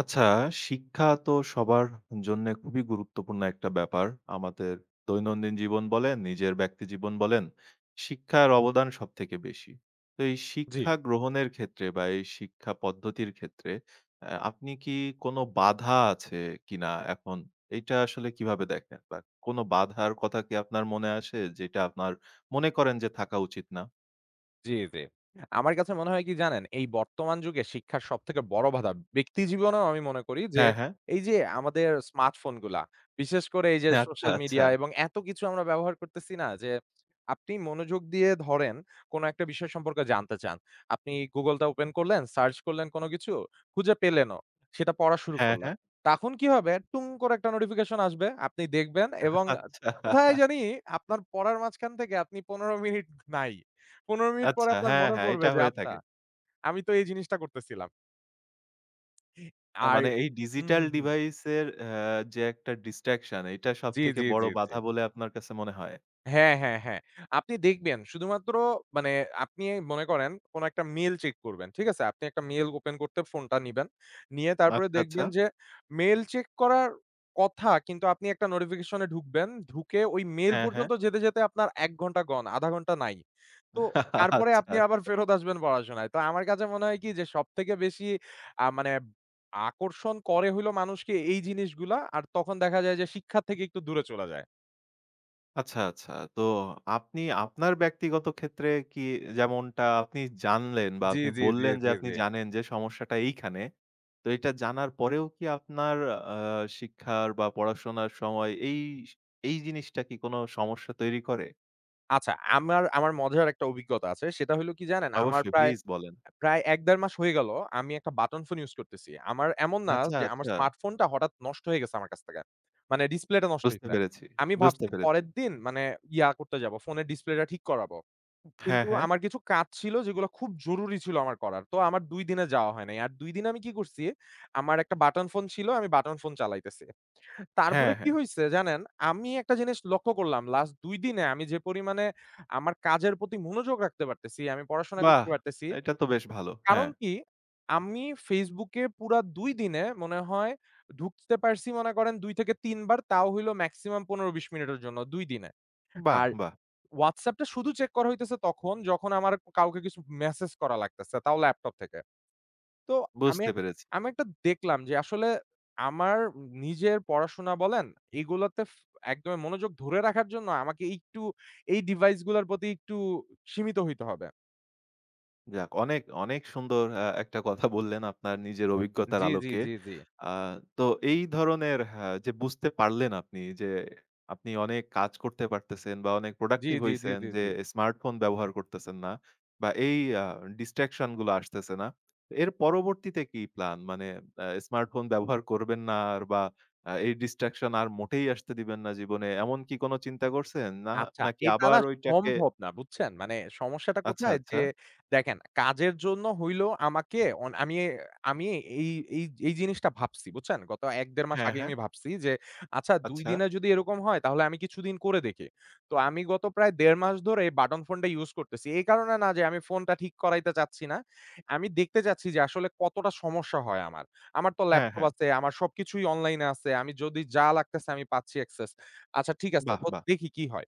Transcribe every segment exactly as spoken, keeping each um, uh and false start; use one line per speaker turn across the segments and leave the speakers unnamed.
আচ্ছা, শিক্ষা তো সবার জন্যে খুবই গুরুত্বপূর্ণ একটা ব্যাপার। আমাদের দৈনন্দিন জীবন বলেন, নিজের ব্যক্তি জীবন বলেন, শিক্ষার অবদান সবথেকে বেশি। তো এই
জি,
শিক্ষা গ্রহণের ক্ষেত্রে বা এই শিক্ষা পদ্ধতির ক্ষেত্রে আ আপনি কি কোনো বাধা আছে কিনা এখন এইটা আসলে কিভাবে দেখেন? বা কোনো বাধার কথা কি আপনার মনে আসে যেটা আপনার মনে করেন যে থাকা উচিত না?
জি, জি। আমার কাছে মনে হয় কি জানেন? এই বর্তমান যুগে শিক্ষার সবথেকে বড় বাধা ব্যক্তি জীবনেও আমি মনে করি যে,
হ্যাঁ, হ্যাঁ।
এই যে আমাদের স্মার্টফোনগুলা, বিশেষ করে এই যে
আচ্ছা,
সোশ্যাল
আচ্ছা।
মিডিয়া এবং এত কিছু আমরা ব্যবহার করতেছি, না? যে আপনি মনোযোগ দিয়ে ধরেন কোন একটা বিষয় সম্পর্কে জানতে চান। আপনি Google-টা ওপেন করলেন, সার্চ করলেন কোন কিছু, খুঁজে পেলেনও। সেটা পড়া শুরু
হ্যাঁ,
করলেন।
হ্যাঁ।
তখন কি হবে? টুং করে একটা নোটিফিকেশন আসবে। আপনি দেখবেন এবং
আচ্ছা।
কোথায় জানি আপনার পড়ার মাঝখান থেকে আপনি পনের মিনিট নাই। পনের মিনিট পরে
আচ্ছা।
আপনার
হ্যাঁ,
মনে
হ্যাঁ।
পড়বে
এটা
যে
হয়ে
আচ্ছা
থাকে।
আমি তো এই জিনিসটা করতেছিলাম।
আ
আর
মানে এই
হুম,
ডিজিটাল
হুম, হুম।
ডিভাইসের অ্যা যে একটা ডিসট্রাকশন, এটা
জি,
সবথেকে
জি,
বড়
জি, জি।
বাধা বলে আপনার কাছে মনে হয়?
হ্যাঁ, হ্যাঁ, হ্যাঁ। আপনি দেখবেন শুধুমাত্র মানে আপনি মনে করেন কোন একটা মেইল চেক করবেন। ঠিক আছে? আপনি একটা মেইল ওপেন করতে ফোনটা নিবেন। নিয়ে তারপরে
আচ্ছা, আচ্ছা।
দেখবেন যে মেইল চেক করার কথা, কিন্তু আপনি একটা নোটিফিকেশন এ ঢুকবেন। ঢুকে ওই মেইল
হ্যাঁ, হ্যাঁ।
পর্যন্ত যেতে, যেতে আপনার এক ঘন্টা গন, আধা ঘন্টা নাই। তো তারপরে
আচ্ছা,
আপনি আবার
আচ্ছা।
ফেরত আসবেন পড়াশোনায়। তো আমার কাছে মনে হয় কি, যে সবথেকে বেশি আ মানে আকর্ষণ করে হইলো মানুষকে এই জিনিসগুলা। আর তখন দেখা যায় যে শিক্ষা থেকে একটু দূরে চলে যায়।
আচ্ছা, আচ্ছা। তো আপনি আপনার ব্যক্তিগত ক্ষেত্রে কি, যেমনটা আপনি জানলেন বা
জি,
আপনি
জি, জি,
বললেন যে
জি,
আপনি
জি।
জানেন যে সমস্যাটা এইখানে। তো এটা জানার পরেও কি আপনার আ শিক্ষার বা পড়াশোনার সময় এই এই জিনিসটা কি কোনো সমস্যা তৈরি করে?
আচ্ছা, আমার আমার মজার একটা অভিজ্ঞতা আছে। সেটা হইলো কি জানেন? আমার
অবশ্যই
প্রায়,
প্লিজ বলেন।
প্রায় এক থেকে দেড় মাস হয়ে গেল আমি একটা বাটন ফোন ইউজ করতেছি। আমার এমন না
আচ্ছা,
যে আমার
আচ্ছা।
স্মার্টফোনটা হঠাৎ নষ্ট হয়ে গেছে আমার কাছ থেকে। মানে ডিসপ্লেটা নষ্ট
বুঝতে
হইছে।
পেরেছি,
আমি
বুঝতে
ভাবছি
পেরেছি।
পরের দিন মানে ইয়া করতে যাবো, ফোনের ডিসপ্লেটা ঠিক করাবো।
হ্যাঁ,
কিন্তু
হ্যাঁ।
আমার কিছু কাজ ছিল যেগুলো খুব জরুরি ছিল আমার করার। তো আমার দুই দিনে যাওয়া হয় নাই। আর দুই দিন আমি কি করছি? আমার একটা বাটন ফোন ছিল, আমি বাটন ফোন চালাইতেছি। তারপরে
হ্যাঁ,
কি
হ্যাঁ।
হইছে জানেন? আমি একটা জিনিস লক্ষ্য করলাম লাস্ট দুই দিনে আমি যে পরিমাণে আমার কাজের প্রতি মনোযোগ রাখতে পারতেছি, আমি পড়াশোনা
বাহ!
করতে পারতেছি।
এটা তো বেশ ভালো।
কারণ
হ্যাঁ।
কি? আমি Facebook এ পুরা দুই দিনে মনে হয় ঢুকতে পারছি মনে করেন দুই থেকে তিন বার, তাও হইলো মেক্সিমাম পনের থেকে বিশ মিনিটের জন্য দুই দিনে।
বাহ!
আর
বাহ!
WhatsApp টা শুধু চেক করা হইতেছে তখন যখন আমার কাউকে কিছু মেসেজ করা লাগতেছে, তাও ল্যাপটপ থেকে। তো আমি
বুঝতে
এক
পেরেছি।
আমি একটা দেখলাম যে আসলে আমার নিজের পড়াশোনা বলেন, এগুলোতে ফ একদমই মনোযোগ ধরে রাখার জন্য আমাকে একটু এই ডিভাইস গুলার প্রতি একটু সীমিত হইতে হবে।
যাক, অনেক, অনেক সুন্দর আ একটা কথা বললেন আপনার নিজের অভিজ্ঞতার
জি, জি,
আলোকে।
জি, জি।
আ তো এই ধরনের, হ্যাঁ, যে বুঝতে পারলেন আপনি যে আপনি অনেক কাজ করতে পারতেছেন বা অনেক
জি,
প্রোডাক্টিভ
জি, জি,
হইছেন,
জি,
যে
জি।
স্মার্টফোন ব্যবহার করতেছেন না বা এই আ ডিসট্রাকশন গুলো আসতেছে না। এর পরবর্তীতে কি প্ল্যান? মানে আ স্মার্টফোন ব্যবহার করবেন না আর, বা আ এই ডিসট্রাকশন আর মোটেই আসতে দিবেন না জীবনে। এমন কি কোন চিন্তা করছেন? না,
আচ্ছা,
নাকি
এটা না
আবার ওইটাকে
সম্ভব না, বুঝছেন? মানে সমস্যাটা
আচ্ছা,
কোথায়?
আচ্ছা।
যে দেখেন কাজের জন্য হইলেও আমাকে অন আমি আমি এই এই এই জিনিসটা ভাবছি, বুঝছেন? গত এক থেকে দেড় মাস
হ্যাঁ,
আগে
হ্যাঁ।
আমি ভাবছি যে, আচ্ছা দুই
আচ্ছা।
দিনে যদি এরকম হয় তাহলে আমি কিছুদিন করে দেখি। তো আমি গত প্রায় দেড় মাস ধরে এই বাটন ফোনটা ইউজ করতেছি। এই কারণে না যে আমি ফোনটা ঠিক করাইতে চাচ্ছি না। আমি দেখতে চাচ্ছি যে আসলে কতটা সমস্যা হয় আমার। আমার তো
হ্যাঁ,
ল্যাপটপ
হ্যাঁ।
আছে, আমার সবকিছুই অনলাইনে আছে। আমি যদি যা লাগতেছে আমি পাচ্ছি অ্যাক্সেস। আচ্ছা ঠিক আছে,
বাহ!
তো
বাহ!
দেখি কি হয়।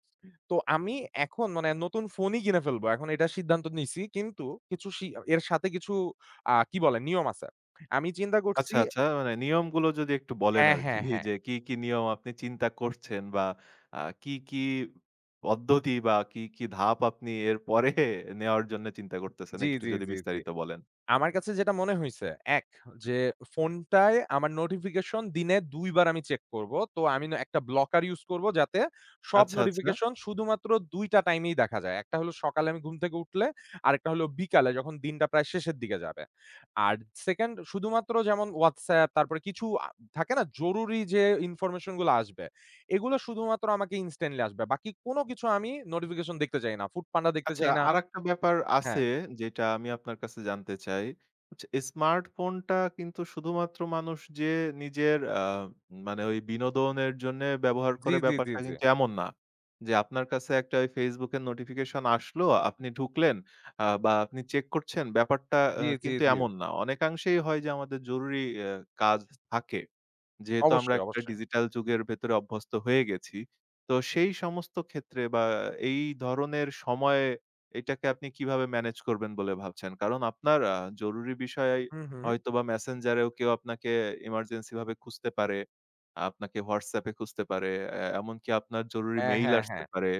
তো আমি এখন মানে নতুন ফোনই কিনে ফেলবো। এখন এটার সিদ্ধান্ত নিছি। কিন্তু কিছু সি এর সাথে কিছু আ কি বলে নিয়ম আছে। আমি চিন্তা করছি
আচ্ছা, আচ্ছা। মানে নিয়মগুলো যদি একটু বলেন
হ্যাঁ,
আরকি,
হ্যাঁ, হ্যাঁ।
যে কি, কি নিয়ম আপনি চিন্তা করছেন, বা আ কি, কি পদ্ধতি, বা কি, কি ধাপ আপনি এরপরে নেওয়ার জন্য চিন্তা করতেছেন,
জি,
একটু
জি,
যদি
জি, জি।
বিস্তারিত বলেন?
আমার কাছে যেটা মনে হইছে, এক যে ফোনটায় আমার নোটিফিকেশন দিনে দুই বার আমি চেক করব। তো আমি না একটা ব্লকার ইউজ করব যাতে সব
আচ্ছা, আচ্ছা।
নোটিফিকেশন শুধুমাত্র দুই টা টাইমেই দেখা যায়। একটা হলো সকালে আমি ঘুম থেকে উঠলে, আরেকটা হলো বিকালে যখন দিনটা প্রায় শেষের দিকে যাবে। আর সেকেন্ড শুধুমাত্র যেমন WhatsApp, তারপরে কিছু আ থাকে না জরুরি, যে ইনফরমেশন গুলো আসবে, এগুলো শুধুমাত্র আমাকে ইনস্ট্যান্টলি আসবে। বাকি কোন কিছু আমি নোটিফিকেশন দেখতে চাই না। ফুডপান্ডা দেখতে
আচ্ছা,
চাই না
আরেকটা ব্যাপার
হ্যাঁ।
আছে যেটা আমি আপনার কাছে জানতে চাই। আচ্ছা, স্মার্টফোনটা কিন্তু শুধুমাত্র মানুষ যে নিজের আ মানে ওই বিনোদনের জন্যে ব্যবহার
জি,
করে,
জি, জি,
ব্যাপারটা
জি।
কিন্তু এমন না। যে আপনার কাছে একটা ওই Facebook এর নোটিফিকেশন আসলো, আপনি ঢুকলেন আ বা আপনি চেক করছেন, ব্যাপারটা আ
জি, জি,
কিন্তু
জি।
এমন না। অনেকাংশেই হয় যে আমাদের জরুরি অ্যা কাজ থাকে। যেহেতু আমরা
অবশ্যই,
একটা
অবশ্যই।
ডিজিটাল যুগের ভেতরে অভ্যস্ত হয়ে গেছি। তো সেই সমস্ত ক্ষেত্রে বা এই ধরনের সময়ে এটাকে আপনি কিভাবে ম্যানেজ করবেন বলে ভাবছেন? কারণ আপনার আ জরুরি বিষয়
হুম, হুম।
হয়তোবা Messenger এও কেউ আপনাকে এমার্জেন্সি ভাবে খুঁজতে পারে। আপনাকে WhatsApp এ খুঁজতে পারে। এ এমনকি আপনার জরুরি
হ্যাঁ,
মেইল
হ্যাঁ,
আসতে
হ্যাঁ।
পারে।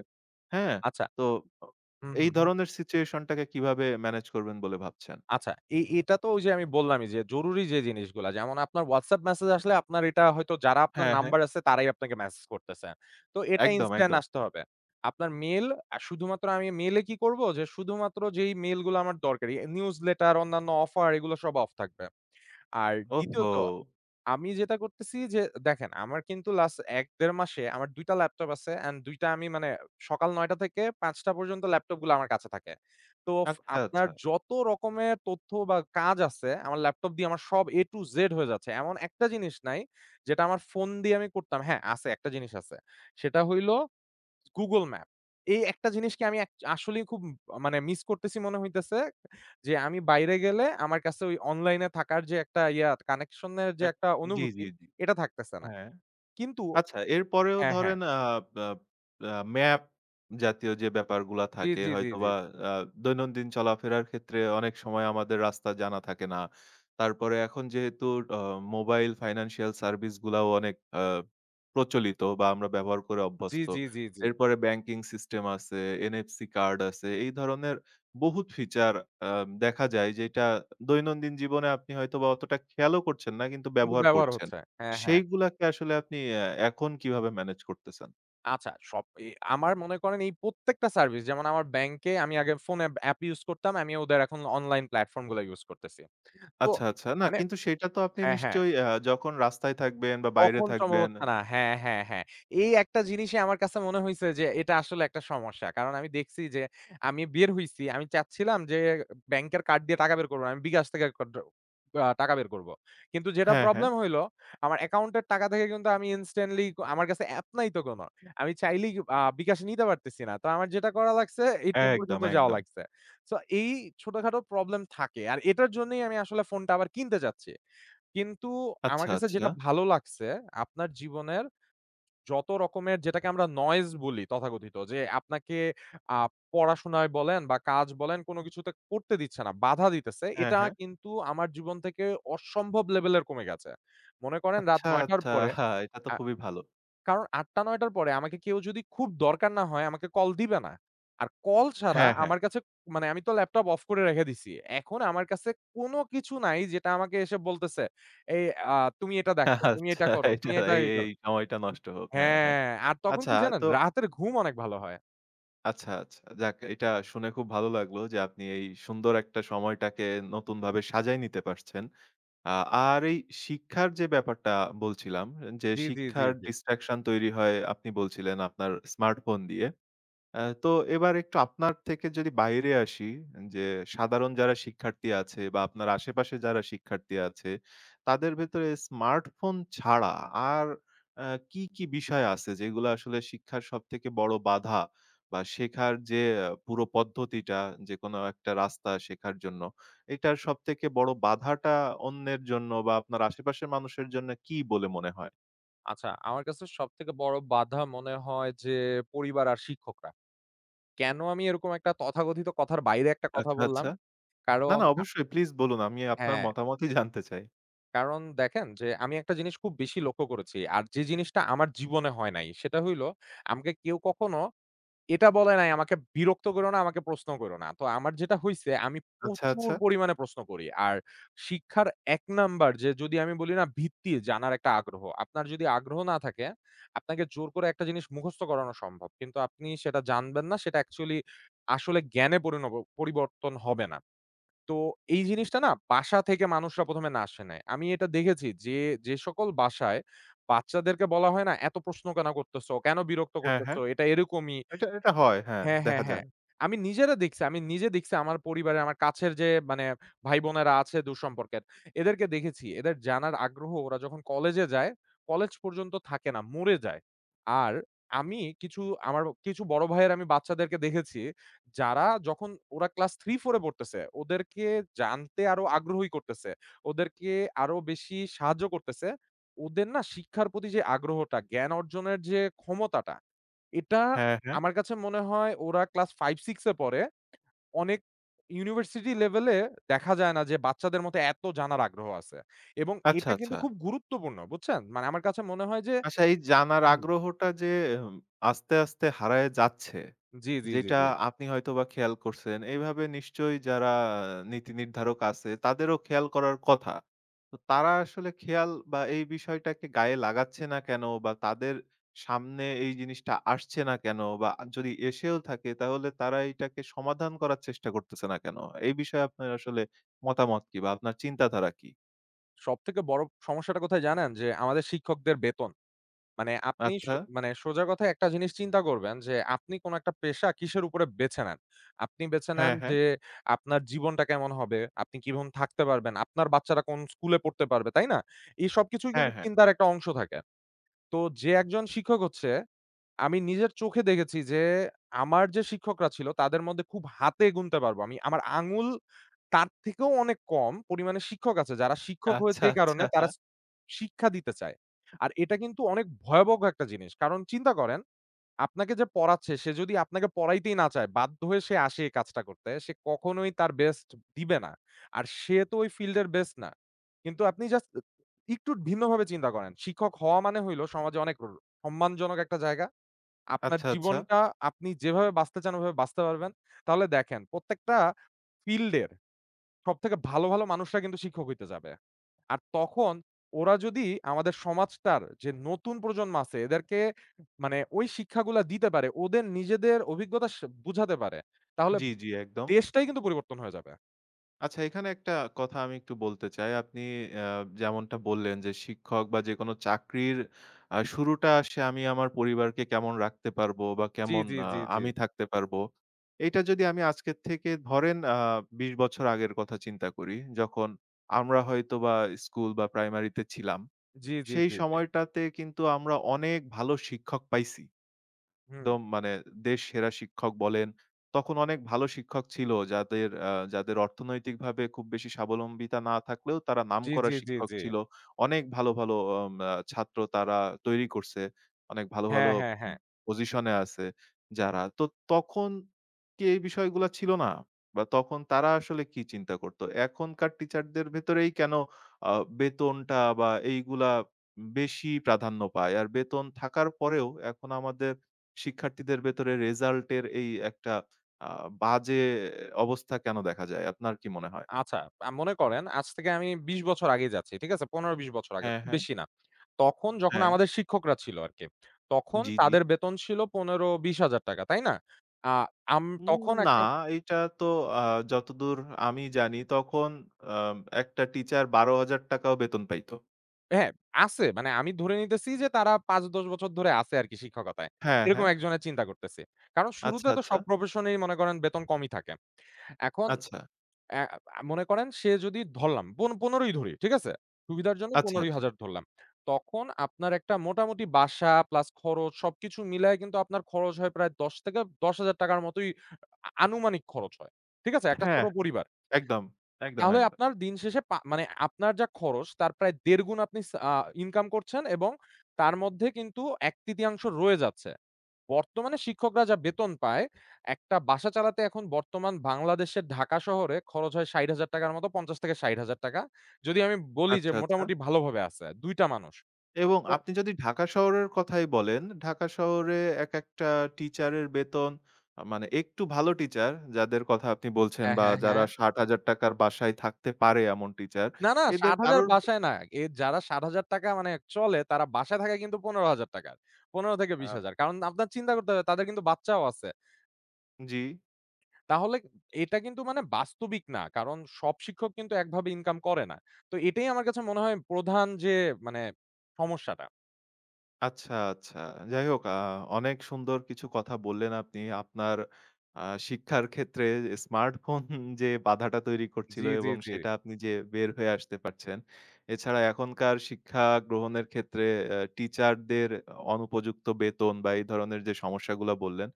হ্যাঁ?
আচ্ছা।
তো অ
হুম,
এই
হুম, হুম।
ধরনের সিচুয়েশন টাকে কিভাবে ম্যানেজ করবেন বলে ভাবছেন?
আচ্ছা, এ এটা তো ওই যে আমি বললামই যে জরুরি যে জিনিসগুলা যেমন আপনার WhatsApp মেসেজ আসলে আপনার এটা হয়তো, যারা আপনার
হ্যাঁ, হ্যাঁ।
নাম্বার আছে তারাই আপনাকে মেসেজ করতেছে। তো এটা
একদম,
ইনস্ট্যান্ট
একদম।
আসতে হবে। আপনার মেইল আ শুধুমাত্র আমি মেইলে কি করব যে শুধুমাত্র যেই মেইলগুলো আমার দরকারি, নিউজ লেটার, অন্যান্য অফার এগুলো সব অফ থাকবে। আর দ্বিতীয়ত
ওহহো!
আমি যেটা করতেছি যে দেখেন, আমার কিন্তু লাস্ট এক থেকে দেড় মাসে আমার দুই টা ল্যাপটপ আছে অ্যান্ড দুই টা আমি মানে সকাল নয় টা থেকে পাঁচ টা পর্যন্ত ল্যাপটপগুলো আমার কাছে থাকে। তো ফ
আচ্ছা,
আপনার
আচ্ছা।
যত রকমের তথ্য বা কাজ আছে আমার ল্যাপটপ দিয়ে আমার সব A to Z হয়ে যাচ্ছে। এমন একটা জিনিস নাই যেটা আমার ফোন দিয়ে আমি করতাম। হ্যাঁ, আছে একটা জিনিস আছে। সেটা হইল Google Map। এই একটা জিনিসকে আমি এক আসলেই খুব মানে মিস করতেছি, মনে হইতেছে যে, আমি বাইরে গেলে আমার কাছে ওই অনলাইনে থাকার যে একটা ইয়া কানেকশন এর যে
এক
একটা
জি,
অনুভূতি,
জি, জি।
এটা থাকতেছে না।
হ্যাঁ।
কিন্তু
আচ্ছা, এরপরেও
হ্যাঁ, হ্যাঁ।
ধরেন আ বা আ ম্যাপ জাতীয় যে ব্যাপারগুলা
জি,
থাকে
জি, জি, জি।
হয়তোবা, আ দৈনন্দিন চলাফেরার ক্ষেত্রে অনেক সময় আমাদের রাস্তা জানা থাকে না। তারপরে এখন যেহেতু অ মোবাইল ফাইন্যান্সিয়াল সার্ভিস গুলাও অনেক আ প্রচলিত বা আমরা ব্যবহার করে
জি,
অভ্যস্ত।
জি, জি, জি।
এরপরে ব্যাংকিং সিস্টেম আছে, এনএফসি কার্ড আছে। এই ধরনের বহুত ফিচার আ দেখা যায় যেটা দৈনন্দিন জীবনে আপনি হয়তোবা অতটা খেয়ালও করছেন না কিন্তু
কিন্তু
ব্যবহার
ব্যবহার
করছেন।
হচ্ছে। হ্যাঁ, হ্যাঁ।
সেইগুলাকে আসলে আপনি অ্যা এখন কিভাবে ম্যানেজ করতেছেন?
আচ্ছা, সব এ আমার মনে করেন এই প্রত্যেকটা সার্ভিস যেমন আমার ব্যাংকে আমি আগে ফোনে অ্যাপ ইউজ করতাম। আমি ওদের এখন অনলাইন প্ল্যাটফর্ম গুলো ইউজ করতেছি। তো
আচ্ছা, আচ্ছা। না,
মানে
কিন্তু সেটা তো আপনি
হ্যাঁ, হ্যাঁ।
নিশ্চয়ই অ্যা যখন রাস্তায় থাকবেন বা বাইরে
তখন সম্ভব
থাকবেন।
হচ্ছে না। হ্যাঁ, হ্যাঁ, হ্যাঁ। এই একটা জিনিসই আমার কাছে মনে হইছে যে এটা আসলে একটা সমস্যা। কারণ আমি দেখছি যে আমি বের হইছি। আমি চাচ্ছিলাম যে ব্যাংকের কার্ড দিয়ে টাকা বের করব না। আমি বিকাশ থেকে কড আ টাকা বের করব। কিন্তু যেটা
হ্যাঁ, হ্যাঁ।
প্রবলেম হইলো আমার অ্যাকাউন্টের টাকা থেকে কিন্তু আমি ইনস্ট্যান্টলি আমার কাছে অ্যাপ নাই তো কোন। আমি চাইলেই আ বিকাশ নিতে পারতেছি না। তো আমার যেটা করা লাগছে এটিএম
একদম,
পর্যন্ত যাওয়া
একদম।
লাগছে। সো এই ছোটখাটো প্রবলেম থাকে। আর এটার জন্যই আমি আসলে ফোনটা আবার কিনতে চাচ্ছি। কিন্তু আমার
আচ্ছা,
কাছে
আচ্ছা।
যেটা ভালো লাগছে, আপনার জীবনের যত রকমের যেটাকে আমরা নয়েজ বলি, তথাকথিত যে আপনাকে আ পড়াশোনায় বলেন বা কাজ বলেন কোন কিছুতে করতে দিচ্ছে না, বাধা দিতেছে।
হ্যাঁ,
এটা
হ্যাঁ।
কিন্তু আমার জীবন থেকে অসম্ভব লেভেলের কমে গেছে। মনে করেন রাত
আচ্ছা,
নয় টার
আচ্ছা।
পরে
হ্যাঁ, এটা তো খুবই ভালো।
কারণ আট থেকে নয়টা র পরে আমাকে কেউ যদি খুব দরকার না হয়, আমাকে কল দিবে না। আর কল ছাড়া
হ্যাঁ, হ্যাঁ।
আমার কাছে মানে আমি তো ল্যাপটপ অফ করে রেখে দিছি। এখন আমার কাছে কোন কিছু নাই যেটা আমাকে এসে বলতেছে, "এই আ তুমি এটা দেখো, তুমি এটা
আচ্ছা,
করো,
এটা
তুমি এটা
এই,
ই করো।"
এই সময়টা নষ্ট হোক। হ্যাঁ, হ্যাঁ।
হ্যাঁ, আর তখন
আচ্ছা।
কি জানেন?
তো
রাতের ঘুম অনেক ভালো হয়।
আচ্ছা, আচ্ছা। যাক, এটা শুনে খুব ভালো লাগলো যে আপনি এই সুন্দর একটা সময়টাকে নতুনভাবে সাজায় নিতে পারছেন। আ আর এই শিক্ষার যে ব্যাপারটা বলছিলাম, যে
জি, জি, জি,
শিক্ষার
জি।
ডিসট্রাকশন তৈরি হয় আপনি বলছিলেন আপনার স্মার্টফোন দিয়ে। অ্যা তো এবার একটু আপনার থেকে যদি বাইরে আসি, যে সাধারণ যারা শিক্ষার্থী আছে বা আপনার আশেপাশে যারা শিক্ষার্থী আছে, তাদের ভেতরে স্মার্টফোন ছাড়া আর অ্যা কি, কি বিষয় আছে যেগুলো আসলে শিক্ষার সবথেকে বড় বাধা, বা শেখার যে আহ, পুরো পদ্ধতিটা, যেকোনো একটা রাস্তা শেখার জন্য, এটার সবথেকে বড় বাধাটা অন্যের জন্য বা আপনার আশেপাশের মানুষের জন্য কি বলে মনে হয়?
আচ্ছা, আমার কাছে সবথেকে বড় বাধা মনে হয় যে পরিবার আর শিক্ষকরা। কেন আমি এরকম একটা তথাকথিত কথার বাইরে একটা কথা
আচ্ছা,
বললাম?
আচ্ছা। না,
কারণ
না,
আ
অবশ্যই প্লিজ বলুন। আমি আপনার
হ্যাঁ।
মতামতই জানতে চাই।
কারণ দেখেন যে আমি একটা জিনিস খুব বেশি লক্ষ্য করেছি। আর যে জিনিসটা আমার জীবনে হয় নাই সেটা হইলো আমাকে কেউ কখনো এটা বলে নাই আমাকে বিরক্ত কইরো না, আমাকে প্রশ্ন কইরো না। তো আমার যেটা হইছে আমি
আচ্ছা,
প্রচুর
আচ্ছা।
পরিমাণে প্রশ্ন করি। আর শিক্ষার এক নাম্বার যে যদি আমি বলি না, ভিত্তি জানার একটা আগ্রহ। আপনার যদি আগ্রহ না থাকে আপনাকে জোর করে একটা জিনিস মুখস্থ করানো সম্ভব। কিন্তু আপনি সেটা জানবেন না, সেটা অ্যাকচুয়ালি আসলে জ্ঞানে পরিণব পরিবর্তন হবে না। তো এই জিনিসটা না বাসা থেকে মানুষরা ১ম এ না আসে নাই। আমি এটা দেখেছি যে, যে সকল বাসায় বাচ্চাদেরকে বলা হয় না, "এত প্রশ্ন কেন করতেছো? কেন বিরক্ত
হ্যাঁ,
করতেছো?
হ্যাঁ।
এটা এরকমই।"
এটা এটা হয়। হ্যাঁ,
হ্যাঁ, হ্যাঁ,
দেখা
হ্যাঁ।
যায়।
আমি নিজেরা দেখছি। আমি নিজে দেখছি আমার পরিবারে আমার কাছের যে মানে ভাই-বোনেরা আছে দূরসম্পর্কের, এদেরকে দেখেছি। এদের জানার আগ্রহ ওরা যখন কলেজে যায়, কলেজ পর্যন্ত থাকে না, মরে যায়। আর আমি কিছু আমার কিছু বড় ভাইয়ের আমি বাচ্চাদেরকে দেখেছি, যারা যখন ওরা ক্লাস তিন চার এ পড়তেছে, ওদেরকে জানতে আরো আগ্রহী করতেছে। ওদেরকে আরো বেশি সাহায্য করতেছে। ওদের না শিক্ষার প্রতি যে আগ্রহটা, জ্ঞান অর্জনের যে ক্ষমতাটা, এটা
হ্যাঁ, হ্যাঁ।
আমার কাছে মনে হয় ওরা ক্লাস পাঁচ ছয় এ পড়ে। অনেক ইউনিভার্সিটি লেভেলে দেখা যায় না যে বাচ্চাদের মতো এত জানার আগ্রহ আছে। এবং
আচ্ছা,
এটা কিন্তু
আচ্ছা।
খুব গুরুত্বপূর্ণ, বুঝছেন? মানে আমার কাছে মনে হয় যে
আচ্ছা, এই জানার
হুম,
আগ্রহটা যে উম, আস্তে, আস্তে হারায় যাচ্ছে,
জি, জি, জি,
যেটা
জি।
আপনি হয়তোবা খেয়াল করছেন, এইভাবে নিশ্চয়ই যারা নীতি নির্ধারক আছে তাদেরও খেয়াল করার কথা। তো তারা আসলে খেয়াল বা এই বিষয়টাকে গায়ে লাগাচ্ছে না কেন? বা তাদের সামনে এই জিনিসটা আসছে না কেন? বা যদি এসেও থাকে তাহলে তারা এটাকে সমাধান করার চেষ্টা করতেছে না কেন? এই বিষয়ে আপনার আসলে মতামত কি, বা আপনার চিন্তাধারা কি?
সবথেকে বড় সমস্যাটা কোথায় জানেন? যে আমাদের শিক্ষকদের বেতন। মানে আপনি সো
আচ্ছা।
মানে সোজা কথায় একটা জিনিস চিন্তা করবেন যে, আপনি কোন একটা পেশা কিসের উপরে বেছে নেন? আপনি বেছে নেন
হ্যাঁ, হ্যাঁ।
যে, আপনার জীবনটা কেমন হবে? আপনি কিভাবে থাকতে পারবেন? আপনার বাচ্চারা কোন স্কুলে পড়তে পারবে, তাই না? এই সবকিছুই কিন্তু
হ্যাঁ, হ্যাঁ।
চিন্তার একটা অংশ থাকে। তো যে একজন শিক্ষক হচ্ছে, আমি নিজের চোখে দেখেছি যে, আমার যে শিক্ষকরা ছিল তাদের মধ্যে খুব হাতে গুনতে পারবো আমি। আমার আঙুল তার থেকেও অনেক কম পরিমাণে শিক্ষক আছে যারা শিক্ষক
আচ্ছা,
হয়েছে এই কারণে
আচ্ছা।
তারা স শিক্ষা দিতে চায়। আর এটা কিন্তু অনেক ভয়াবহ একটা জিনিস। কারণ চিন্তা করেন আপনাকে যে পড়াচ্ছে সে যদি আপনাকে পড়াইতেই না চায়, বাধ্য হয়ে সে আসে এই কাজটা করতে। সে কখনোই তার বেস্ট দিবে না। আর সে তো ওই ফিল্ডের বেস্ট না। কিন্তু আপনি জাস্ট একটু ভিন্নভাবে চিন্তা করেন। শিক্ষক হওয়া মানে হইলো সমাজে অনেক র সম্মানজনক একটা জায়গা। আপনার
আচ্ছা, আচ্ছা।
জীবনটা আপনি যেভাবে বাঁচতে চান ওভাবে বাঁচতে পারবেন। তাহলে দেখেন প্রত্যেকটা ফিল্ডের সবথেকে ভালো, ভালো মানুষরা কিন্তু শিক্ষক হইতে যাবে। আর তখন ওরা যদি আমাদের সমাজটার যে নতুন প্রজন্ম আছে এদেরকে মানে ওই শিক্ষাগুলা দিতে পারে, ওদের নিজেদের অভিজ্ঞতা সা বুঝাতে পারে, তাহলে
জি, জি, একদম।
দেশটাই কিন্তু পরিবর্তন হয়ে যাবে।
আচ্ছা, এখানে একটা কথা আমি একটু বলতে চাই। আপনি আ যেমনটা বললেন যে শিক্ষক বা যেকোনো চাকরির আ শুরুটা আসে আমি আমার পরিবারকে কেমন রাখতে পারবো বা
জি,
কেমন
জি,
আ
জি, জি।
আমি থাকতে পারবো। এইটা যদি আমি আজকের থেকে ধরেন আ বিশ বছর আগের কথা চিন্তা করি। যখন আমরা হয়তোবা স্কুল বা প্রাইমারিতে ছিলাম।
জি, জি,
সেই
জি, জি।
সময়টাতে কিন্তু আমরা অনেক ভালো শিক্ষক পাইছি।
হুম।
একদম মানে দেশ সেরা শিক্ষক বলেন, তখন অনেক ভালো শিক্ষক ছিল যাদের আ যাদের অর্থনৈতিকভাবে খুব বেশি স্বাবলম্বিতা না থাকলেও তারা
জি,
নামকরা
জি, জি,
শিক্ষক
জি।
ছিল। অনেক ভালো, ভালো আম আ ছাত্র তারা তৈরি করছে। অনেক ভালো,
হ্যাঁ,
ভালো
হ্যাঁ,
উম
হ্যাঁ।
পজিশনে আছে যারা। তো তখন কি এই বিষয়গুলা ছিল না? বা তখন তারা আসলে কি চিন্তা করত? এখনকার টিচারদের ভেতরেই কেন আ বেতনটা বা এইগুলা বেশি প্রাধান্য পায়? আর বেতন থাকার পরেও এখন আমাদের শিক্ষার্থীদের ভেতরে রেজাল্টের এই একটা আ বাজে অবস্থা কেন দেখা যায়? আপনার কি মনে হয়?
আচ্ছা, আ মনে করেন আজ থেকে আমি বিশ বছর আগে যাচ্ছি। ঠিক আছে? পনের থেকে বিশ বছর আগে।
হ্যাঁ,
খুব
হ্যাঁ,
বেশি না। তখন যখন
হ্যাঁ।
আমাদের শিক্ষকরা ছিল আরকি। তখন
জি, জি।
তাদের বেতন ছিল পনের থেকে বিশ হাজার টাকা। তাই না? আ আম
উম
তখন
না,
একটা
এটা তো আ যতদূর আমি জানি তখন আম একটা টিচার ৳বারো হাজার ও বেতন পাইত।
হ্যাঁ, আছে। মানে আমি ধরে নিতেছি যে তারা পাঁচ থেকে দশ বছর ধরে আছে আরকি শিক্ষকতায়।
হ্যাঁ,
এরকম
হ্যাঁ।
একজনের চিন্তা করতেছি। কারণ
আচ্ছা,
শুরুতে তো
আচ্ছা।
সব প্রফেশনেই মনে করেন বেতন কমই থাকে। এখন
আচ্ছা,
অ্যা আ মনে করেন সে যদি ধরলাম পন ১৫ই ধরি, ঠিক আছে? সুবিধার জন্য
আচ্ছা, আচ্ছা।
পনের হাজার ধরলাম। তখন আপনার একটা মোটামুটি বাসা প্লাস খরচ সবকিছু মিলায় কিন্তু আপনার খরচ হয় প্রায় দশ থেকে ৳দশ হাজার মতোই আ আনুমানিক খরচ হয়। ঠিক আছে? একটা ছোট
হ্যাঁ,
পরিবার।
একদম, একদম,
তাহলে
একদম।
আপনার দিন শেষে পা মানে আপনার যা খরচ তার প্রায় দেড় গুণ আপনি সা আ ইনকাম করছেন এবং তার মধ্যে কিন্তু এক তৃতীয়াংশ রয়ে যাচ্ছে। বর্তমানে শিক্ষকরা যা বেতন পায়, একটা বাসা চালাতে এখন বর্তমান বাংলাদেশের ঢাকা শহরে খরচ হয় ৳ষাট হাজার র মতো ৳পঞ্চাশ হাজার-ষাট হাজার। যদি আমি বলি যে
আচ্ছা, আচ্ছা।
মোটামুটি ভালোভাবে আছে, দুই টা মানুষ।
এবং
ও
আপনি যদি ঢাকা শহরের কথাই বলেন, ঢাকা শহরে একেকটা টিচারের বেতন, আ মানে একটু ভালো টিচার যাদের কথা আপনি বলছেন
হ্যাঁ,
বা
হ্যাঁ,
যারা
হ্যাঁ।
৳ষাট হাজার র বাসায় থাকতে পারে এমন টিচার,
না, না
এদের
৳ষাট হাজার
কারোর
বাসায় না। এ যারা ৳ষাট হাজার মানে চলে তারা বাসায় থাকে কিন্তু ৳পনের হাজার। পনের থেকে
আ
বিশ হাজার। কারণ আপনার চিন্তা করতে হবে তাদের কিন্তু বাচ্চাও আছে।
জি।
তাহলে এটা কিন্তু মানে বাস্তবিক না। কারণ সব শিক্ষক কিন্তু একভাবে ইনকাম করে না। তো এটাই আমার কাছে মনে হয় প্রধান যে মানে সমস্যাটা।
আচ্ছা, আচ্ছা। যাই হোক, আ অনেক সুন্দর কিছু কথা বললেন আপনি। আপনার আ শিক্ষার ক্ষেত্রে স্মার্টফোন যে বাধাটা তৈরি করছিল
জি, জি,
এবং
জি।
সেটা আপনি যে বের হয়ে আসতে পারছেন। এছাড়া এখনকার শিক্ষা গ্রহণের ক্ষেত্রে অ্যা টিচারদের অনুপযুক্ত বেতন বা এই ধরনের যে সমস্যাগুলা বললেন।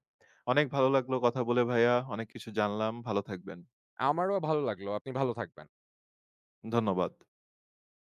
অনেক ভালো লাগলো কথা বলে, ভাইয়া। অনেক কিছু জানলাম। ভালো থাকবেন।
আমারও ভালো লাগলো। আপনি ভালো থাকবেন।
ধন্যবাদ।